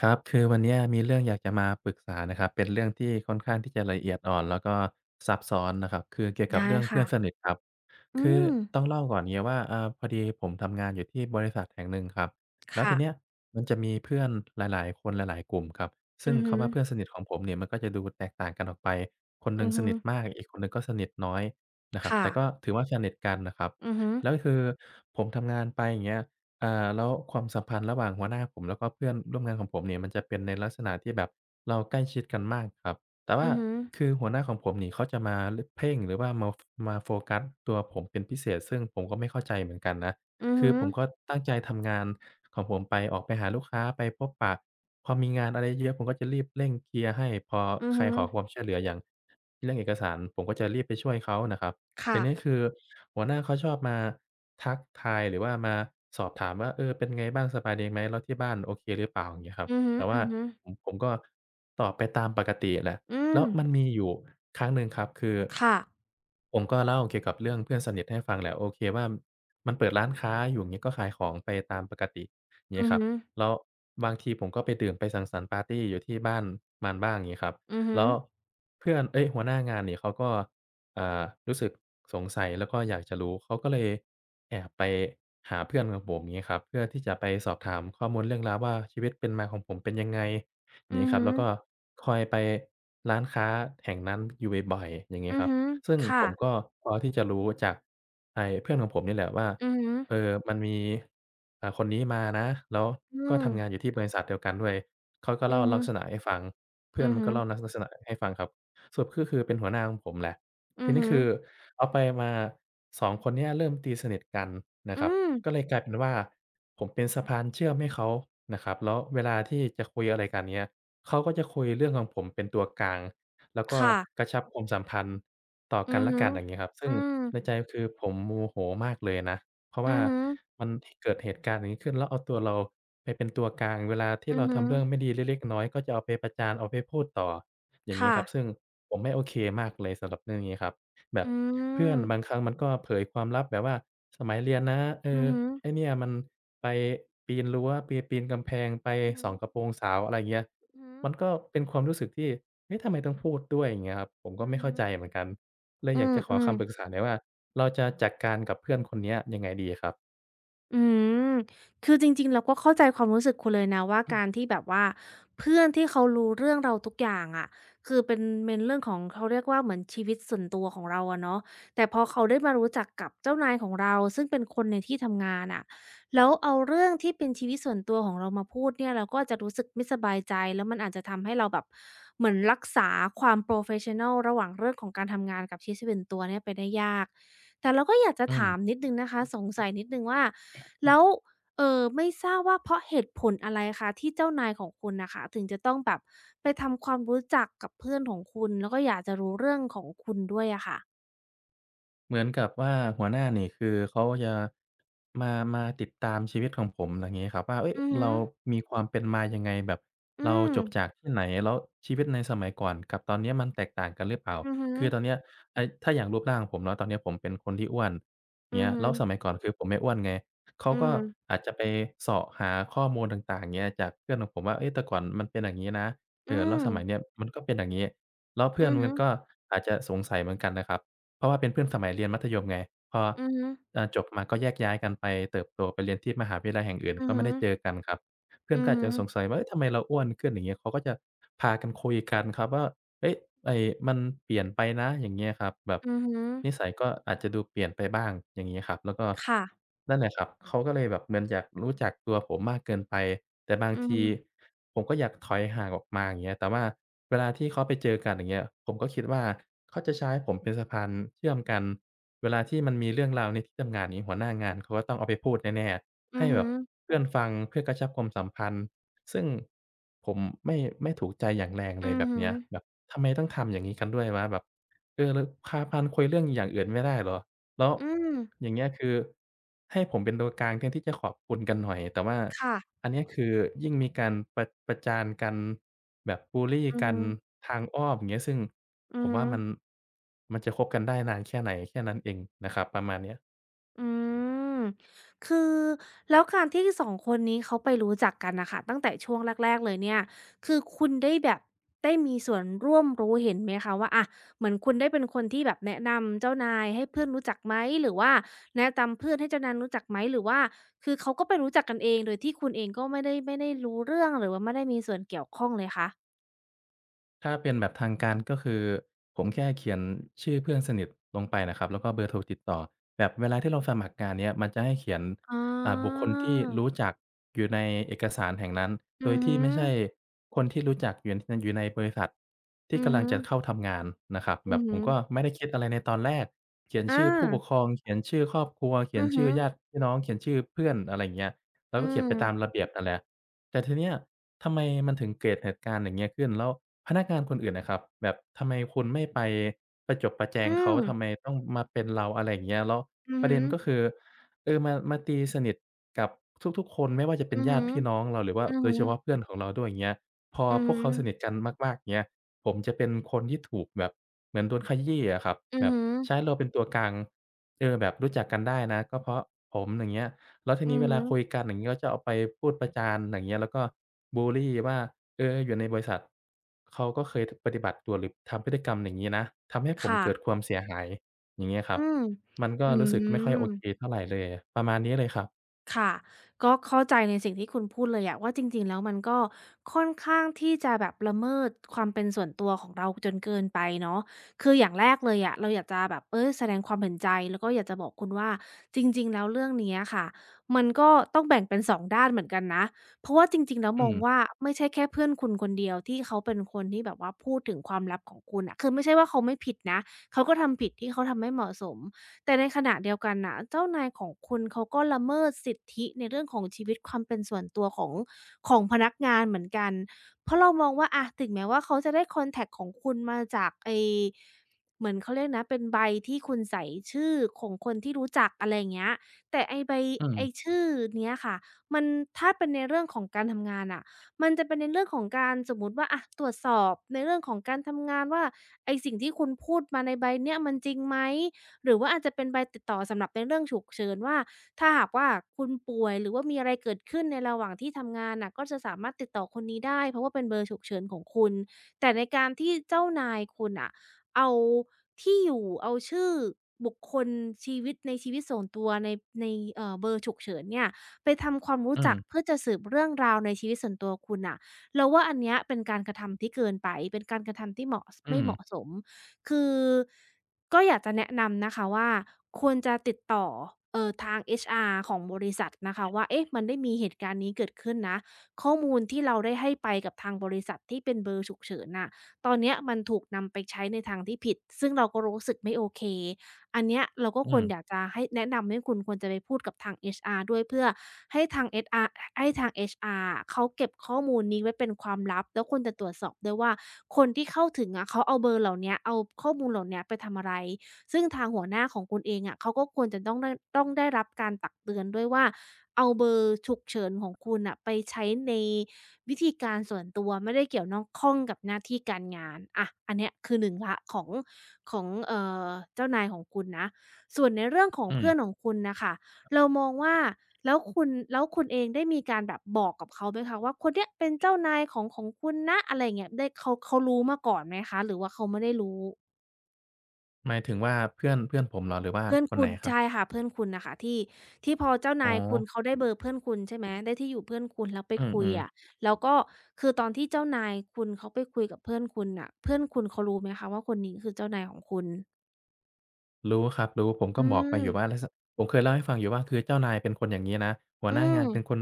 ครับ คือวันเนี้ยมีเรื่องอยากจะมาปรึกษานะครับ เป็นเรื่องที่ค่อนข้างที่จะละเอียดอ่อนแล้วก็ซับซ้อนนะครับ คือเกี่ยวกับได้เรื่องเพื่อค่ะนสนิทครับ อืคือมต้องเล่าก่อนเงี้ยว่าเอ่าพอดีผมทำงานอยู่ที่บริษัทแห่งหนึ่งครับแล้วทีเนี้ยค่ะมันจะมีเพื่อนหลายๆคนหลายๆกลุ่มครับซึ่งอือฮึคำว่าเพื่อนสนิทของผมเนี่ยมันก็จะดูแตกต่างกันออกไปคนหนึ่อืงอสฮึนิทมากอีกคนหนึ่งก็สนิทน้อยนะครับแต่ก็ค่ะถือว่าสนิทกันน่ะครับอือฮึแล้วคือผมทำงานไปอย่างเงี้ยเอ่าแล้วความสัมพันธ์ระหว่างหัวหน้าผมแล้วก็เพื่อนร่วมงานของผมเนี่ยมันจะเป็นในลักษณะที่แบบเราใกล้ชิดกันมากครับ แต่ว่าอือฮึคือหัวหน้าของผมนี่เขาจะมาเพ่งหรือว่ามาโฟกัสตัวผมเป็นพิเศษซึ่งผมก็ไม่เข้าใจเหมือนกันนะอือคืฮึอผมก็ตั้งใจทำงานของผมไปออกไปหาลูกค้าไปพบปะพอมีงานอะไรเยอะๆผมก็จะรีบเร่งเคลียร์ให้พออือใครฮึขอความช่วยเหลืออย่างเรื่องเอกสารผมก็จะรีบไปช่วยเขานะครับแต่ค่ะนี่คือหัวหน้าเขาชอบมาทักทายหรือว่ามาสอบถามว่าเออเป็นไงบ้างสบายดีไหมแล้วที่บ้านโอเคหรือเปล่าอย่างเงี้ยครับอือฮึแต่อืว่าอฮึผมก็ตอบไปตามปกติแหละ อืแล้มวมันมีอยู่ครั้งหนึ่งครับคือค่ะผมก็เล่าเกี่ยวกับเรื่องเพื่อนสนิทให้ฟังแหละโอเคว่ามันเปิดร้านค้าอยู่อย่างงี้ก็ขายของไปตามปกติอย่างงี้อือครับฮึแล้วบางทีผมก็ไปดื่มไปสังสรรค์ปาร์ตีอยู่ที่บ้านมันบ้างอย่างงี้ครับอือฮึแล้วเพื่อนเอ๊ยหัวหน้างานนี่เขาก็อ่ารู้สึกสงสัยแล้วก็อยากจะรู้เขาก็เลยแอบไปหาเพื่อนของผมอย่างงี้ครับเพื่อที่จะไปสอบถามข้อมูลเรื่องราวว่าชีวิตเป็นมาของผมเป็นยังไง อย่างอืงี้อครับฮึแล้วก็คอยไปร้านค้าแห่งนั้นอยู่บ่อยๆอย่างงี้อืคอรับฮึซึ่งผค่ะมก็พอที่จะรู้จากไอ้เพื่อนของผมนี่แหละว่าอือฮึเออมันมีคนนี้มานะแล้วอืก็มทำงานอยู่ที่บริษัทเดียวกันด้วยเขาก็อืเล่าอลัฮึกษณะให้ฟังเพื่อนอือมันฮึก็เล่าลักษณะให้ฟังครับสรุปก็คือเป็นหัวหน้าของผมแหละอืทีอนี้ฮึคือเอาไปมาสองคนเนี้ยเริ่มตีสนิทกันนะอืครับมก็เลยกลายเป็นว่าผมเป็นสะพานเชื่อมให้เขานะครับแล้วเวลาที่จะคุยอะไรกันเงี้ย เขาก็จะคุยเรื่องของผมเป็นตัวกลางแล้วก็ค่ะกระชับความสัมพันธ์ต่ออืกันอและฮึกันอย่างงี้ครับซึ่อืงมในใจคือผมโมโหมากเลยนะเพราะว่าอือฮึมันเกิดเหตุการณ์อย่างงี้ขึ้นแล้วเอาตัวเราไปเป็นตัวกลางเวลาที่อือเราฮึทำเรื่องไม่ดีเล็กๆน้อยๆก็จะเอาไปประจานเอาไปพูดต่ออย่างงี้ค่ะครับซึ่งผมไม่โอเคมากเลยสำหรับเรื่องนี้ครับแบบอืเพื่อนมบางครั้งมันก็เผยความลับแบบว่าสมัยเรียนนะเออือ อฮึไอ้เนี่ยมันไปปีนรั้วไปปีนกำแพงไปอือฮึส่องกระโปรงสาวอะไรอย่างเงี้ยอือฮึมันก็เป็นความรู้สึกที่เฮ้ยทำไมต้องพูดด้วยอย่างเงี้ยครับผมก็อือไม่เข้าฮึใจเหมือนกันเลยอือยากจะขอมคำปรึกๆ ษาหน่อยว่าเราจะจัดการกับเพื่อนคนเนี้ยยังไงดีครับอืมคือจริงๆเราก็เข้าใจความรู้สึกคุณเลยนะว่าการที่แบบว่าเพื่อนที่เขารู้เรื่องเราทุกอย่างอะคือเป็นเรื่องของเขาเรียกว่าเหมือนชีวิตส่วนตัวของเราอะเนาะแต่พอเขาได้มารู้จักกับเจ้านายของเราซึ่งเป็นคนในที่ทำงานอะแล้วเอาเรื่องที่เป็นชีวิตส่วนตัวของเรามาพูดเนี่ยเราก็อาจจะรู้สึกไม่สบายใจแล้วมันอาจจะทำให้เราแบบเหมือนรักษาความโพรเฟสชันนัลระหว่างเรื่องของการทำงานกับชีวิตส่วนตัวเนี่ยไปได้ยาก แต่เราก็อยากจะอืถามม นิดหนึ่งนะคะสงสัยนิดหนึ่งว่าแล้วไม่ทราบว่าเพราะเหตุผลอะไรคะที่เจ้านายของคุณน่ะค่ะถึงจะต้องแบบไปทำความรู้จักกับเพื่อนของคุณแล้วก็อยากจะรู้เรื่องของคุณด้วยอะค่ะเหมือนกับว่าหัวหน้านี่คือเขาจะมาติดตามชีวิตของผมไรงี้ครับว่าเฮ้ยอือฮึเรามีความเป็นมายังไงแบบอืเรามจบจากที่ไหนแล้วชีวิตในสมัยก่อนกับตอนเนี้ยมันแตกต่างกันหรือเปล่าอือฮึคือตอนเนี้ยไอ้ถ้าอย่างรูปร่างผมเนาะตอนเนี้ยผมเป็นคนที่อ้วนอืเงี้อยฮึแล้วสมัยก่อนคือผมไม่อ้วนไงเขาอือก็ฮึอาจจะไปเสาะหาข้อมูลต่างๆเงี้ยจากเพื่อนของผมว่าเฮ้ยแต่ก่อนมันเป็นอย่างงี้นะเออือแล้วมสมัยเนี้ยมันก็เป็นอย่างงี้แล้วเพื่อนอือมัฮึนก็อาจจะสงสัยเหมือนกันนะครับ เพราะว่าเป็นเพื่อนสมัยเรียนมัธยมไงพออือฮึจบมาก็แยกย้ายกันไปเติบโตไปเรียนที่มหาวิทยาลัยแห่งอื่นอือก็ฮึไม่ได้เจอกันครับ เพื่ออืนก็ออาจฮึจะสงสัยว่าเอ๊ะทำไมเราอ้วนขึ้นอย่างเงี้ยเขาก็จะพากันคุยกันครับว่าเฮ้ยไอ้มันเปลี่ยนไปนะอย่างเงี้ยครับแบบอือฮึนิสัยก็อาจจะดูเปลี่ยนไปบ้างอย่างงี้ครับแล้วก็ค่ะนั่นแหละครับเขาก็เลยแบบเหมือนอยากรู้จักตัวผมมากเกินไปแต่บางอือทีฮึผมก็อยากถอยห่างออกมาอย่างเงี้ยแต่ว่าเวลาที่เขาไปเจอกันอย่างเงี้ยผมก็คิดว่าเขาจะใช้ผมเป็นสะพานเชื่อมกันเวลาที่มันมีเรื่องราวในที่ทำงานอย่างงี้หัวหน้างานเขาก็ต้องเอาไปพูดแน่ๆ อืให้อแบฮึบเพื่อนฟังเพื่อกระชับความสัมพันธ์ซึ่งผมไม่ไม่ถูกใจอย่างแรงอืเลยอแบบฮึเนี้ยแบบทำไมต้องทำอย่างงี้กันด้วยวะแบบเออแล้วพากันคุยเรื่องอย่างอื่นไม่ได้เหรอแล้วอืมอย่างเงี้ยคือให้ผมเป็นตัวกลางแทนที่จะขอบคุณกันหน่อยแต่ว่าค่ะอันเนี้ยคือยิ่งมีการประประจานกันแบบบุลลีอือกัฮึนทางอ้อมอย่างเงี้ยซึ่งอืผอมฮึ ว่ามันจะคบกันได้นานแค่ไหนแค่นั้นเองนะครับประมาณเนี้ย อืมคือแล้วการที่สองคนนี้เขาไปรู้จักกันนะคะตั้งแต่ช่วงแรกๆเลยเนี่ยคือคุณได้แบบได้มีส่วนร่วมรู้เห็นไหมคะว่าอะเหมือนคุณได้เป็นคนที่แบบแนะนำเจ้านายให้เพื่อนรู้จักไหมหรือว่าแนะนำเพื่อนให้เจ้านายรู้จักไหมหรือว่าคือเขาก็ไปรู้จักกันเองโดยที่คุณเองก็ไม่ได้รู้เรื่องหรือว่าไม่ได้มีส่วนเกี่ยวข้องเลยคะถ้าเป็นแบบทางการก็คือผมแค่เขียนชื่อเพื่อนสนิทลงไปนะครับแล้วก็เบอร์โทรติดต่อแบบเวลาที่เราสมัครงานเนี้ยมันจะให้เขียนอ๋อ่าบุคคอลที่รู้จักอยู่ในเอกสารแห่งนั้นโดอืยอที่ฮึไม่ใช่คนที่รู้จักอยู่ในบริษัทที่อือกำลัฮึงจะเข้าทำงานนะครับแบอือบผฮึมก็ไม่ได้คิดอะไรในตอนแรกเขียนอาชื่อผู้ปกครองเขียนชื่อครอบครัวเขียอืนอชื่ฮึอญาติพี่น้องเขียนชื่อเพื่อนอะไรอย่างเงี้ยเราอืก็เขียนไปมตามระเบียบนั่นแหละ แต่ทีเนี้ยทำไมมันถึงเกิดเหตุการณ์อย่างเงี้ยขึ้นแล้วพนักงานคนอื่นน่ะครับแบบทำไมคุณไม่ไปประจบประแจงอืเขาม ทำไมต้องมาเป็นเราอะไรอย่างเงี้ยแล้วอือประฮึเด็นก็คือเออมาตีสนิทกับทุกๆคนไม่ว่าจะเป็นอือญาฮึติพี่น้องเราหรือว่าอือโดฮึยเฉพาะเพื่อนของเราด้วยอย่างเงี้ยพออือพฮวกเขาึสนิทกันมากๆอย่างเงี้ยผมจะเป็นคนที่ถูกแบบเหมือนโดนขยี้อะครับอืแบอบฮึใช้เราเป็นตัวกลางเออแบบรู้จักกันได้นะก็เพราะผมอย่างเงี้ย แล้วทีอืนี้อเวฮึลาคุยกันอย่างงี้ก็จะเอาไปพูดประจานอย่างเงี้ยแล้วก็บุลลีว่าเอออยู่ในบริษัทเขาก็เคยทปฏิบัติตัวหรือทำพฤติกรรมอย่างงี้นะทำให้ผมค่ะเกิดความเสียหายอย่างเงี้ยครัอืบมมันก็อืรู้สึกไม่ค่อยโอม เคเท่าไรเลยประมาณนี้เลยครับค่ะก็เข้าใจในสิ่งที่คุณพูดเลยอะว่าจริงๆแล้วมันก็ค่อนข้างที่จะแบบละเมิดความเป็นส่วนตัวของเราจนเกินไปเนาะคืออย่างแรกเลยอะเราอยากจะแบบเออแสดงความเห็นใจแล้วก็อยากจะบอกคุณว่าจริงๆแล้วเรื่องเนี้ยค่ะมันก็ต้องแบ่งเป็นสองด้านเหมือนกันนะเพราะว่าจริงๆแล้วอืมองว่ามไม่ใช่แค่เพื่อนคุณคนเดียวที่เขาเป็นคนที่แบบว่าพูดถึงความลับของคุณอะคือไม่ใช่ว่าเขาไม่ผิดนะเขาก็ทำผิดที่เขาทำไม่เหมาะสม แต่ในขณะเดียวกันน่ะเจ้านายของคุณเขาก็ละเมิดสิทธิในเรื่องของชีวิตความเป็นส่วนตัวของพนักงานเหมือนกันเพราะเรามองว่าอะถึงแม้ว่าเขาจะได้คอนแท็กของคุณมาจากไอ้เหมือนเขาเรียกนะเป็นใบที่คุณใส่ชื่อของคนที่รู้จักอะไรอย่างเงี้ยแต่อืมไอ้ชื่อเนี้ยค่ะมันถ้าเป็นในเรื่องของการทำงานน่ะมันจะเป็นในเรื่องของการสมมุติว่าอะตรวจสอบในเรื่องของการทำงานว่าไอ้สิ่งที่คุณพูดมาในใบเนี้ยมันจริงไหม หรือว่าอาจจะเป็นใบติดต่อสำหรับในเรื่องฉุกเฉินว่าถ้าหากว่าคุณป่วยหรือว่ามีอะไรเกิดขึ้นในระหว่างที่ทำงานน่ะก็จะสามารถติดต่อคนนี้ได้เพราะว่าเป็นเบอร์ฉุกเฉินของคุณแต่ในการที่เจ้านายคุณน่ะเอาที่อยู่เอาชื่อบุคคลชีวิตในชีวิตส่วนตัวในเบอร์ฉุกเฉินเนี่ยไปทำความรู้อืมจักเพื่อจะสืบเรื่องราวในชีวิตส่วนตัวคุณน่ะเราว่าอันเนี้ยเป็นการกระทำที่เกินไปเป็นการกระทำที่เหมาะสอืไม่มเหมาะสมคือ ก็อยากจะแนะนำนะคะว่าควรจะติดต่อทาง HR ของบริษัทนะคะว่าเอ๊ะมันได้มีเหตุการณ์นี้เกิดขึ้นนะข้อมูลที่เราได้ให้ไปกับทางบริษัทที่เป็นเบอร์ฉุกเฉินน่ะตอนเนี้ยมันถูกนำไปใช้ในทางที่ผิดซึ่งเราก็รู้สึกไม่โอเค อันเนี้ยเราก็อืควมรอยากจะให้แนะนำให้คุณควรจะไปพูดกับทาง HR ด้วยเพื่อให้ทาง HR ให้ทางเอชอาร์เขาเก็บข้อมูลนี้ไว้เป็นความลับแล้วควรจะตรวจสอบด้วยว่าคนที่เข้าถึงอะเขาเอาเบอร์เหล่าเนี้ยเอาข้อมูลเหล่าเนี้ยไปทำอะไรซึ่งทางหัวหน้าของคุณเองอะเขาก็ควรจะต้องต้องได้รับการตักเตือนด้วยว่าเอาเบอร์ฉุกเฉินของคุณน่ะไปใช้ในวิธีการส่วนตัวไม่ได้เกี่ยวน้องข้องกับหน้าที่การงานอะอันเนี้ยคือ1แล้วของ ของอเจ้านายของคุณนะส่วนในเรื่องของอืเพื่อนขมองคุณน่ะค่ะเรามองว่าแล้วคุณเองได้มีการแบบบอกกับเขาไหมคะว่าคนเนี้ยเป็นเจ้านายของคุณนะอะไรอย่างเงี้ยได้เขารู้มาก่อนไหมคะหรือว่าเขาไม่ได้รู้หมายถึงว่าเพื่อนเพื่อนผมเหรอหรือว่าเพื่อนคนไหคุนณครับใช่ค่ะเพื่อนคุณน่ะค่ะที่พอเจ้าอ๋อนายคุณเขาได้เบอร์เพื่อนคุณใช่ไหมได้ที่อยู่เพื่อนคุณแล้วไปอืคุยออะๆ แล้วก็คือตอนที่เจ้านายคุณเขาไปคุยกับเพื่อนคุณน่ะเพื่อนคุณเขารู้ไหมคะว่าคนนี้คือเจ้านายของคุณรู้ครับรู้ผมอืก็บอกไปอมยู่ว่าลักษผมเคยเล่าให้ฟังอยู่ว่าคือเจ้านายเป็นคนอย่างงี้นะหัวอืหน้างามนเป็นคน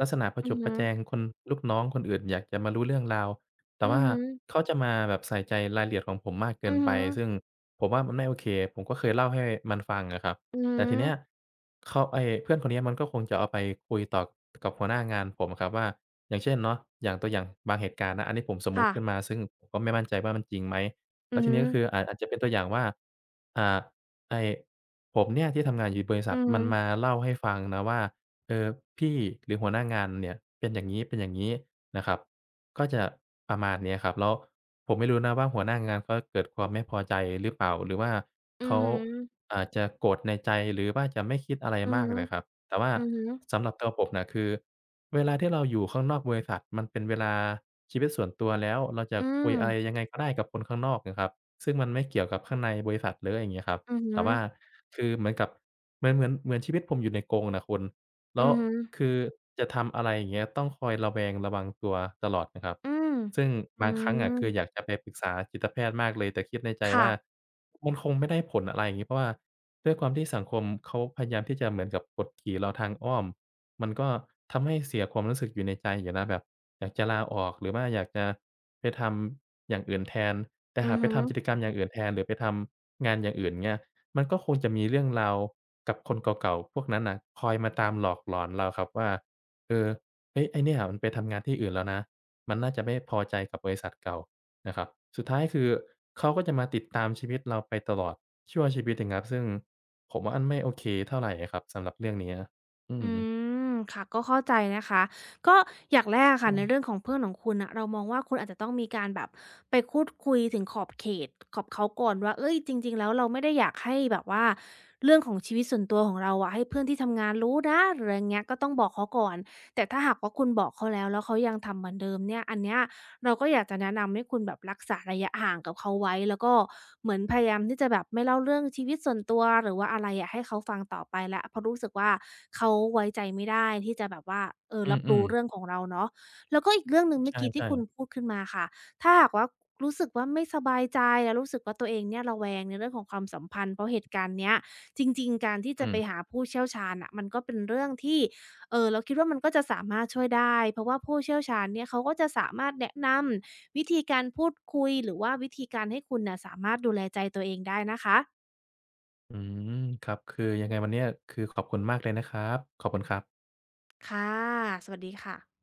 ลักษณะประอืจอบประฮึ แจงคนลูกน้องคนอื่นอยากจะมารู้เรื่องราวแต่อือว่าฮึเขาจะมาแบบใส่ใจรายละเอียดของผมมากเกิอืนอไปฮึซึ่งผมว่ามันไม่โอเคผมก็เคยเล่าให้มันฟังอะครับอือฮึแต่ทีเนี้ยเขาไอ้เพื่อนคนเนี้ยมันก็คงจะเอาไปคุยต่อกับหัวหน้างานผมอะครับว่าอย่างเช่นเนาะอย่างตัวอย่างบางเหตุการณ์นะอันนี้ผมสมมุติค่ะขึ้นมาซึ่งผมก็ไม่มั่นใจว่ามันจริงไหมแล้อืวอทีฮึนี้ก็คืออาจจะเป็นตัวอย่างว่าอ่า ไอ้ผมเนี่ยที่ทำงานอยู่บริษัอืทอมัฮึนมาเล่าให้ฟังนะว่าเออพี่หรือหัวหน้างานเนี่ยเป็นอย่างงี้เป็นอย่างงี้นะครับก็จะประมาณเนี้ยครับแล้วผมไม่รู้นะว่าหัวหน้างานเขาเกิดความไม่พอใจหรือเปล่าหรือว่าอือเขาฮึอาจจะโกรธในใจหรือว่าจะไม่คิดอะไรอือมากฮึนะครับแต่ว่าอือฮึสำหรับตัวผมน่ะคือเวลาที่เราอยู่ข้างนอกบริษัทมันเป็นเวลาชีวิตส่วนตัวแล้วเราจะอืคุยมอะไรยังไงก็ได้กับคนข้างนอกนะครับซึ่งมันไม่เกี่ยวกับข้างในบริษัทเลยอย่างเงี้ยครับ อือแต่ฮึว่าคือเหมือนกับเหมือนชีวิตผมอยู่ในกรงน่ะคุณแล้วอือฮึคือจะทำอะไรอย่างเงี้ยต้องคอยระแวงระวังตัวตลอดนะครับอืมซึ่งอืบางครั้งมอะคืออยากจะไปปรึกษาจิตแพทย์มากเลยแต่คิดในใจว่าค่ะมันคงไม่ได้ผลอะไรอย่างงี้เพราะว่าด้วยความที่สังคมเขาพยายามที่จะเหมือนกับกดขี่เราทางอ้อมมันก็ทำให้เสียความรู้สึกอยู่ในใจอยู่นะแบบอยากจะลาออกหรือว่าอยากจะไปทำอย่างอื่นแทนแต่อืหาอกไปฮึ ทำกิจกรรมอย่างอื่นแทนหรือไปทำงานอย่างอื่นเงี้ย มันก็คงจะมีเรื่องราวกับคนเก่าๆพวกนั้นน่ะคอยมาตามหลอกหลอนเราครับว่า เออเฮ้ยไอ้เนี่ยมันไปทำงานที่อื่นแล้วนะมันน่าจะไม่พอใจกับบริษัทเก่านะครับ สุดท้ายคือเขาก็จะมาติดตามชีวิตเราไปตลอดชั่วชีวิตเลยครับซึ่งผมว่ามันไม่โอเคเท่าไรอะครับสำหรับเรื่องเนี้ยอืมอืมค่ะก็เข้าใจนะคะก็อย่างแรกอะค่ะในเรื่อองของเพื่อนของคุณน่ะเรามองว่าคุณอาจจะต้องมีการแบบไปพูดคุยถึงขอบเขตกับเขาก่อนว่าเฮ้ยจริงๆแล้วเราไม่ได้อยากให้แบบว่าเรื่องของชีวิตส่วนตัวของเราอะให้เพื่อนที่ทำงานรู้นะหรืออะไรอย่างเงี้ยก็ต้องบอกเขาก่อนแต่ถ้าหากว่าคุณบอกเขาแล้วเขายังทำเหมือนเดิมเนี่ยอันเนี้ย เราก็อยากจะแนะนำให้คุณแบบรักษาระยะห่างกับเขาไว้แล้วก็เหมือนพยายามที่จะแบบไม่เล่าเรื่องชีวิตส่วนตัวหรือว่าอะไรอะให้เขาฟังต่อไปแล้วเพราะรู้สึกว่าเขาไว้ใจไม่ได้ที่จะแบบว่าเออืมรับอืมรู้เรื่องของเราเนาะแล้วก็อีกเรื่องหนึ่งๆใเมื่อกี้ที่ช่คุณๆพูดขึ้นมาค่ะถ้าหากว่ารู้สึกว่าไม่สบายใจแล้วรู้สึกว่าตัวเองเนี่ยระแวงในเรื่องของความสัมพันธ์เพราะเหตุการณ์เนี้ยจริงๆการที่จะอืมไปหาผู้เชี่ยวชาญน่ะมันก็เป็นเรื่องที่ เออเราคิดว่ามันก็จะสามารถช่วยได้เพราะว่าผู้เชี่ยวชาญเนี่ยเขาก็จะสามารถแนะนำวิธีการพูดคุยหรือว่าวิธีการให้คุณน่ะสามารถดูแลใจตัวเองได้นะคะอืมครับคือยังไงวันเนี้ยคือขอบคุณมากเลยนะครับขอบคุณครับค่ะสวัสดีค่ะ